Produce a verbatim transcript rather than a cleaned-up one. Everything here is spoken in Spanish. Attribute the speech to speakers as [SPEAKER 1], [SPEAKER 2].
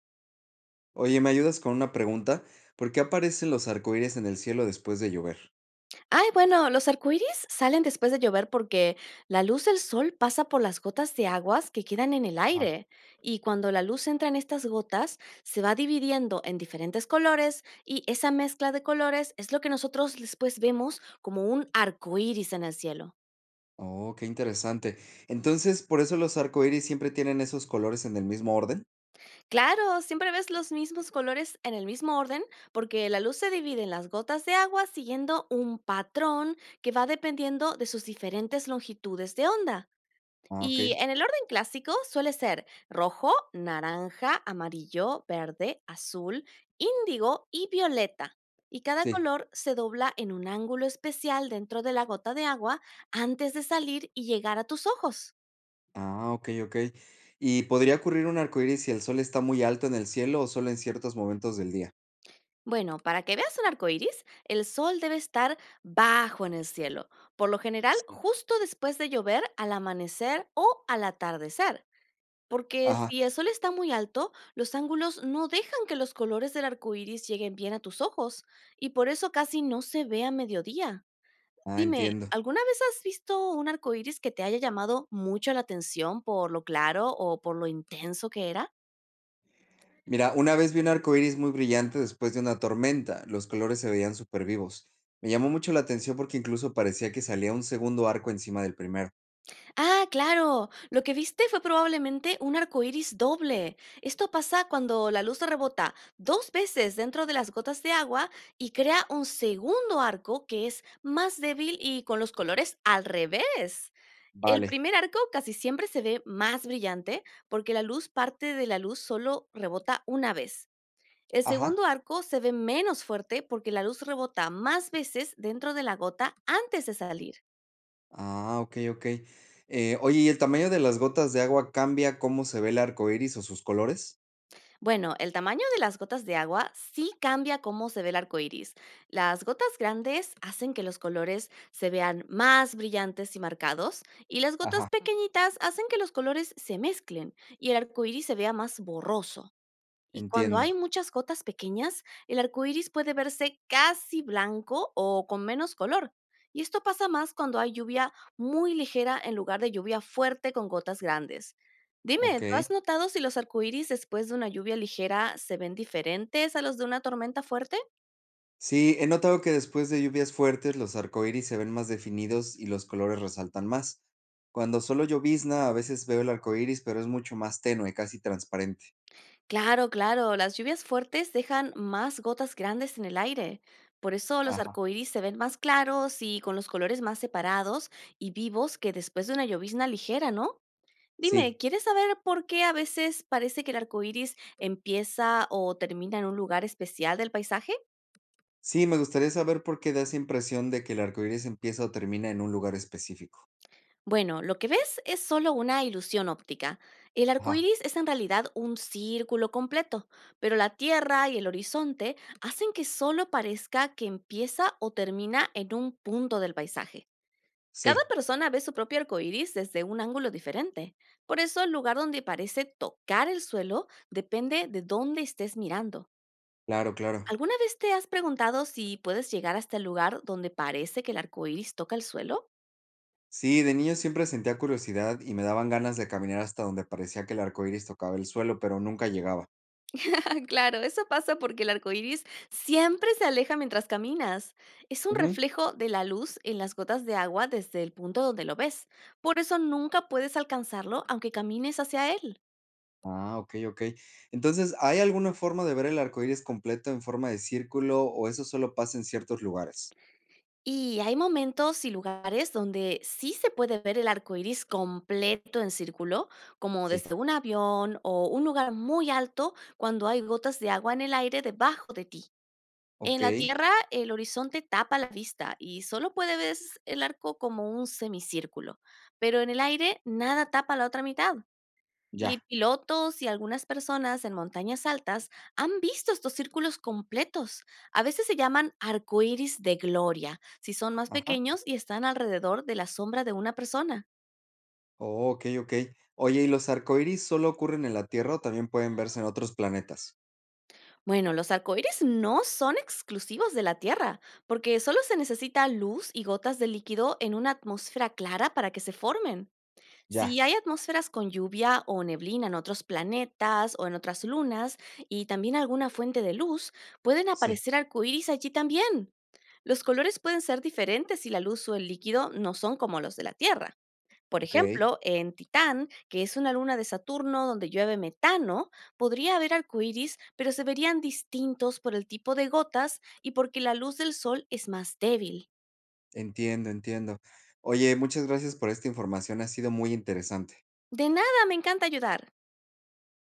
[SPEAKER 1] Oye, ¿me ayudas con una pregunta? ¿Por qué aparecen los arcoíris en el cielo después de llover?
[SPEAKER 2] Ay, bueno, los arcoíris salen después de llover porque la luz del sol pasa por las gotas de aguas que quedan en el
[SPEAKER 1] Ajá.
[SPEAKER 2] aire. Y cuando la luz entra en estas gotas, se va dividiendo en diferentes colores y esa mezcla de colores es lo que nosotros después vemos como un arcoíris en el cielo.
[SPEAKER 1] Oh, qué interesante. Entonces, ¿por eso los arcoíris siempre tienen esos colores en el mismo orden?
[SPEAKER 2] Claro, siempre ves los mismos colores en el mismo orden porque la luz se divide en las gotas de agua siguiendo un patrón que va dependiendo de sus diferentes longitudes de onda.
[SPEAKER 1] Ah, ok.
[SPEAKER 2] Y en el orden clásico suele ser rojo, naranja, amarillo, verde, azul, índigo y violeta. Y cada
[SPEAKER 1] Sí.
[SPEAKER 2] color se dobla en un ángulo especial dentro de la gota de agua antes de salir y llegar a tus ojos.
[SPEAKER 1] Ah, ok, ok. ¿Y podría ocurrir un arcoíris si el sol está muy alto en el cielo o solo en ciertos momentos del día?
[SPEAKER 2] Bueno, para que veas un arco iris, el sol debe estar bajo en el cielo, por lo general
[SPEAKER 1] Sí.
[SPEAKER 2] justo después de llover al amanecer o al atardecer. Porque
[SPEAKER 1] Ajá.
[SPEAKER 2] si el sol está muy alto, los ángulos no dejan que los colores del arco iris lleguen bien a tus ojos, y por eso casi no se ve a mediodía.
[SPEAKER 1] Ah,
[SPEAKER 2] Dime,
[SPEAKER 1] entiendo.
[SPEAKER 2] ¿alguna vez has visto un arco iris que te haya llamado mucho la atención por lo claro o por lo intenso que era?
[SPEAKER 1] Mira, una vez vi un arcoíris muy brillante después de una tormenta. Los colores se veían súper vivos. Me llamó mucho la atención porque incluso parecía que salía un segundo arco encima del primero.
[SPEAKER 2] Ah, claro. Lo que viste fue probablemente un arco iris doble. Esto pasa cuando la luz rebota dos veces dentro de las gotas de agua y crea un segundo arco que es más débil y con los colores al revés. El
[SPEAKER 1] Vale.
[SPEAKER 2] primer arco casi siempre se ve más brillante porque la luz parte de la luz solo rebota una vez. El
[SPEAKER 1] Ajá.
[SPEAKER 2] segundo arco se ve menos fuerte porque la luz rebota más veces dentro de la gota antes de salir.
[SPEAKER 1] Ah, okey, okey. Eh, oye, ¿y el tamaño de las gotas de agua cambia cómo se ve el arco iris o sus colores?
[SPEAKER 2] Bueno, el tamaño de las gotas de agua sí cambia cómo se ve el arco iris. Las gotas grandes hacen que los colores se vean más brillantes y marcados, y las gotas
[SPEAKER 1] Ajá,
[SPEAKER 2] pequeñitas hacen que los colores se mezclen y el arco iris se vea más borroso. Y cuando
[SPEAKER 1] entiendo.
[SPEAKER 2] hay muchas gotas pequeñas, el arco iris puede verse casi blanco o con menos color. Y esto pasa más cuando hay lluvia muy ligera en lugar de lluvia fuerte con gotas grandes. Dime, ¿tú
[SPEAKER 1] Okey.
[SPEAKER 2] has notado si los arcoíris después de una lluvia ligera se ven diferentes a los de una tormenta fuerte?
[SPEAKER 1] Sí, he notado que después de lluvias fuertes los arcoíris se ven más definidos y los colores resaltan más. Cuando solo llovizna, a veces veo el arcoíris, pero es mucho más tenue, casi transparente.
[SPEAKER 2] Claro, claro, las lluvias fuertes dejan más gotas grandes en el aire. Por eso los
[SPEAKER 1] Ajá,
[SPEAKER 2] arcoíris se ven más claros y con los colores más separados y vivos que después de una llovizna ligera, ¿no? Dime,
[SPEAKER 1] sí.
[SPEAKER 2] ¿quieres saber por qué a veces parece que el arco iris empieza o termina en un lugar especial del paisaje?
[SPEAKER 1] Sí, me gustaría saber por qué da esa impresión de que el arcoíris empieza o termina en un lugar específico.
[SPEAKER 2] Bueno, lo que ves es solo una ilusión óptica. El arco
[SPEAKER 1] Ajá,
[SPEAKER 2] iris es en realidad un círculo completo, pero la tierra y el horizonte hacen que solo parezca que empieza o termina en un punto del paisaje. Cada
[SPEAKER 1] sí,
[SPEAKER 2] persona ve su propio arco iris desde un ángulo diferente. Por eso, el lugar donde parece tocar el suelo depende de dónde estés mirando.
[SPEAKER 1] claro, claro.
[SPEAKER 2] ¿Alguna vez te has preguntado si puedes llegar hasta el lugar donde parece que el arco iris toca el suelo?
[SPEAKER 1] Sí, de niño siempre sentía curiosidad y me daban ganas de caminar hasta donde parecía que el arco iris tocaba el suelo, pero nunca llegaba.
[SPEAKER 2] Claro, eso pasa porque el arco iris siempre se aleja mientras caminas. Es un
[SPEAKER 1] Ujú.
[SPEAKER 2] reflejo de la luz en las gotas de agua desde el punto donde lo ves. Por eso nunca puedes alcanzarlo aunque camines hacia él.
[SPEAKER 1] Ah, ok, ok. Entonces, ¿hay alguna forma de ver el arco iris completo en forma de círculo o eso solo pasa en ciertos lugares?
[SPEAKER 2] Y hay momentos y lugares donde sí se puede ver el arco iris completo en círculo, como
[SPEAKER 1] Sí,
[SPEAKER 2] desde un avión o un lugar muy alto cuando hay gotas de agua en el aire debajo de ti. En
[SPEAKER 1] ok,
[SPEAKER 2] la Tierra, el horizonte tapa la vista y solo puede ver el arco como un semicírculo, pero en el aire nada tapa la otra mitad. Y
[SPEAKER 1] ya.
[SPEAKER 2] pilotos y algunas personas en montañas altas han visto estos círculos completos. A veces se llaman arcoíris de gloria, si son más
[SPEAKER 1] Ajá.
[SPEAKER 2] pequeños y están alrededor de la sombra de una persona.
[SPEAKER 1] Oh, ok, ok. Oye, ¿y los arcoíris solo ocurren en la Tierra o también pueden verse en otros planetas?
[SPEAKER 2] Bueno, los arcoíris no son exclusivos de la Tierra, porque solo se necesita luz y gotas de líquido en una atmósfera clara para que se formen.
[SPEAKER 1] Ya,
[SPEAKER 2] Si hay atmósferas con lluvia o neblina en otros planetas o en otras lunas y también alguna fuente de luz, pueden
[SPEAKER 1] sí,
[SPEAKER 2] aparecer arcoíris allí también. Los colores pueden ser diferentes si la luz o el líquido no son como los de la Tierra. Por
[SPEAKER 1] ok.
[SPEAKER 2] ejemplo, en Titán, que es una luna de Saturno donde llueve metano, podría haber arcoíris, pero se verían distintos por el tipo de gotas y porque la luz del sol es más débil.
[SPEAKER 1] Entiendo, entiendo. Oye, muchas gracias por esta información, ha sido muy interesante.
[SPEAKER 2] De nada, me encanta ayudar.